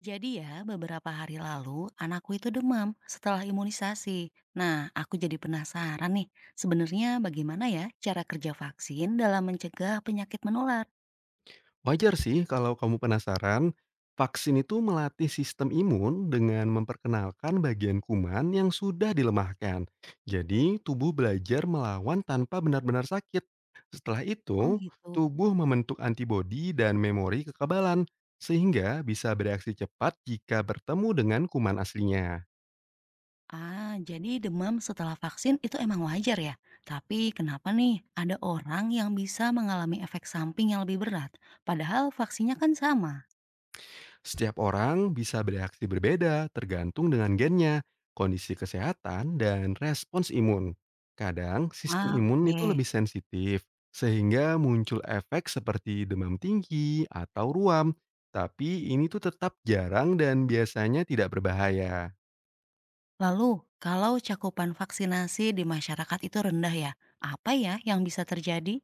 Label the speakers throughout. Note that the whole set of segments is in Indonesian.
Speaker 1: Jadi ya, beberapa hari lalu anakku itu demam setelah imunisasi. Nah, aku jadi penasaran nih, sebenarnya bagaimana ya cara kerja vaksin dalam mencegah penyakit menular?
Speaker 2: Wajar sih kalau kamu penasaran, vaksin itu melatih sistem imun dengan memperkenalkan bagian kuman yang sudah dilemahkan. Jadi, tubuh belajar melawan tanpa benar-benar sakit. Setelah
Speaker 1: Oh
Speaker 2: itu,
Speaker 1: gitu.
Speaker 2: tubuh membentuk antibodi dan memori kekebalan, sehingga bisa bereaksi cepat jika bertemu dengan kuman aslinya.
Speaker 1: Ah, jadi demam setelah vaksin itu emang wajar ya. Tapi kenapa nih ada orang yang bisa mengalami efek samping yang lebih berat, padahal vaksinnya kan sama?
Speaker 2: Setiap orang bisa bereaksi berbeda tergantung dengan gennya, kondisi kesehatan, dan respons imun. Kadang sistem
Speaker 1: Ah,
Speaker 2: imun itu
Speaker 1: oke.
Speaker 2: lebih sensitif, sehingga muncul efek seperti demam tinggi atau ruam. Tapi ini tuh tetap jarang dan biasanya tidak berbahaya.
Speaker 1: Lalu, kalau cakupan vaksinasi di masyarakat itu rendah ya, apa ya yang bisa terjadi?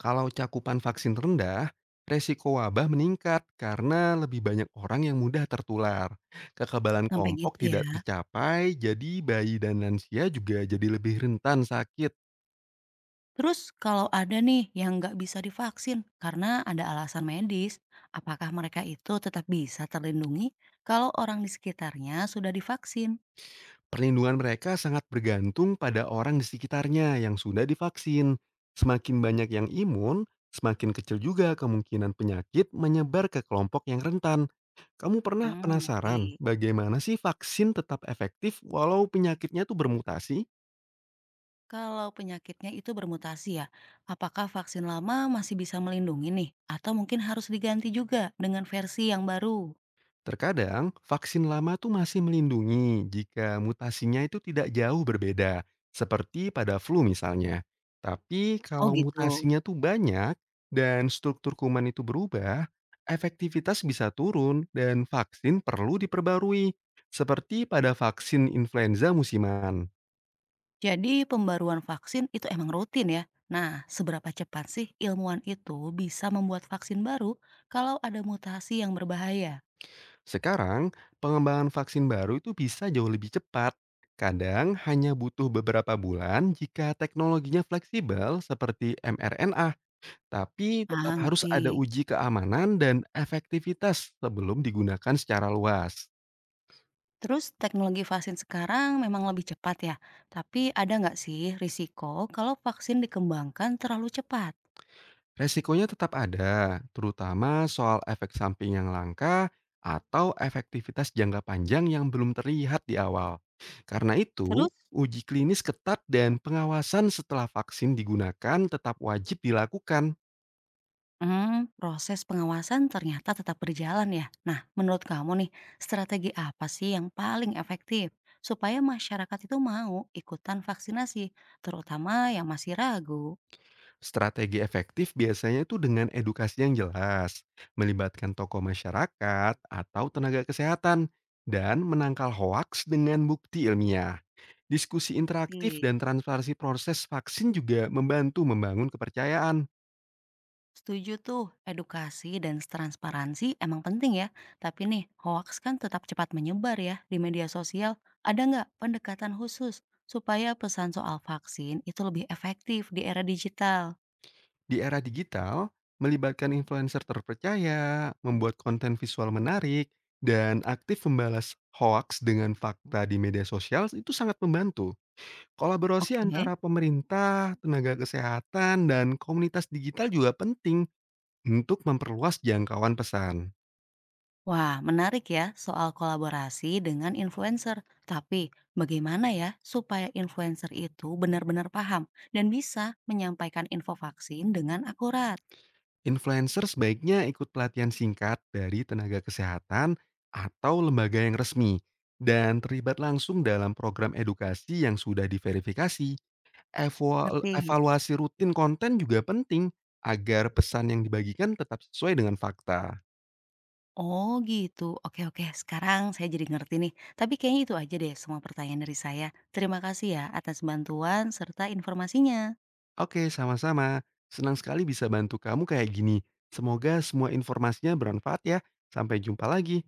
Speaker 2: Kalau cakupan vaksin rendah, resiko wabah meningkat karena lebih banyak orang yang mudah tertular. Kekebalan
Speaker 1: Sampai
Speaker 2: kelompok
Speaker 1: gitu ya.
Speaker 2: tidak tercapai, jadi bayi dan lansia juga jadi lebih rentan sakit.
Speaker 1: Terus kalau ada nih yang nggak bisa divaksin karena ada alasan medis, apakah mereka itu tetap bisa terlindungi kalau orang di sekitarnya sudah divaksin?
Speaker 2: Perlindungan mereka sangat bergantung pada orang di sekitarnya yang sudah divaksin. Semakin banyak yang imun, semakin kecil juga kemungkinan penyakit menyebar ke kelompok yang rentan. Kamu pernah
Speaker 1: Hmm,
Speaker 2: penasaran
Speaker 1: ngerti.
Speaker 2: bagaimana sih vaksin tetap efektif walau penyakitnya tuh bermutasi?
Speaker 1: Kalau penyakitnya itu bermutasi ya, apakah vaksin lama masih bisa melindungi nih? Atau mungkin harus diganti juga dengan versi yang baru?
Speaker 2: Terkadang, vaksin lama tuh masih melindungi jika mutasinya itu tidak jauh berbeda, seperti pada flu misalnya. Tapi
Speaker 1: Oh
Speaker 2: kalau
Speaker 1: gitu.
Speaker 2: mutasinya tuh banyak dan struktur kuman itu berubah, efektivitas bisa turun dan vaksin perlu diperbarui, seperti pada vaksin influenza musiman.
Speaker 1: Jadi pembaruan vaksin itu emang rutin ya. Nah, seberapa cepat sih ilmuwan itu bisa membuat vaksin baru kalau ada mutasi yang berbahaya?
Speaker 2: Sekarang, pengembangan vaksin baru itu bisa jauh lebih cepat. Kadang hanya butuh beberapa bulan jika teknologinya fleksibel seperti mRNA. Tapi tetap
Speaker 1: Ah,
Speaker 2: harus ada
Speaker 1: ngerti.
Speaker 2: uji keamanan dan efektivitas sebelum digunakan secara luas.
Speaker 1: Terus teknologi vaksin sekarang memang lebih cepat ya. Tapi ada nggak sih risiko kalau vaksin dikembangkan terlalu cepat?
Speaker 2: Resikonya tetap ada, terutama soal efek samping yang langka atau efektivitas jangka panjang yang belum terlihat di awal. Karena itu,
Speaker 1: Terus
Speaker 2: uji klinis ketat dan pengawasan setelah vaksin digunakan tetap wajib dilakukan.
Speaker 1: Proses pengawasan ternyata tetap berjalan ya. Nah, menurut kamu nih, strategi apa sih yang paling efektif supaya masyarakat itu mau ikutan vaksinasi, terutama yang masih ragu?
Speaker 2: Strategi efektif biasanya itu dengan edukasi yang jelas, melibatkan tokoh masyarakat atau tenaga kesehatan, dan menangkal hoaks dengan bukti ilmiah. Diskusi interaktif
Speaker 1: Oke,
Speaker 2: dan transparansi proses vaksin juga membantu membangun kepercayaan.
Speaker 1: setuju tuh, edukasi dan transparansi emang penting ya. Tapi nih, hoax kan tetap cepat menyebar ya di media sosial. Ada nggak pendekatan khusus supaya pesan soal vaksin itu lebih efektif di era digital?
Speaker 2: Di era digital, melibatkan influencer terpercaya, membuat konten visual menarik, dan aktif membalas hoaks dengan fakta di media sosial itu sangat membantu. Kolaborasi
Speaker 1: Oke.
Speaker 2: antara pemerintah, tenaga kesehatan, dan komunitas digital juga penting untuk memperluas jangkauan pesan.
Speaker 1: Wah, menarik ya soal kolaborasi dengan influencer. Tapi bagaimana ya supaya influencer itu benar-benar paham dan bisa menyampaikan info vaksin dengan akurat?
Speaker 2: Influencer sebaiknya ikut pelatihan singkat dari tenaga kesehatan atau lembaga yang resmi dan terlibat langsung dalam program edukasi yang sudah diverifikasi.
Speaker 1: Ngerti?
Speaker 2: Evaluasi rutin konten juga penting agar pesan yang dibagikan tetap sesuai dengan fakta.
Speaker 1: Oh gitu. Oke, oke, sekarang saya jadi ngerti nih. Tapi kayaknya itu aja deh semua pertanyaan dari saya. Terima kasih ya atas bantuan serta informasinya.
Speaker 2: Oke, sama-sama. Senang sekali bisa bantu kamu kayak gini. Semoga semua informasinya bermanfaat ya. Sampai jumpa lagi.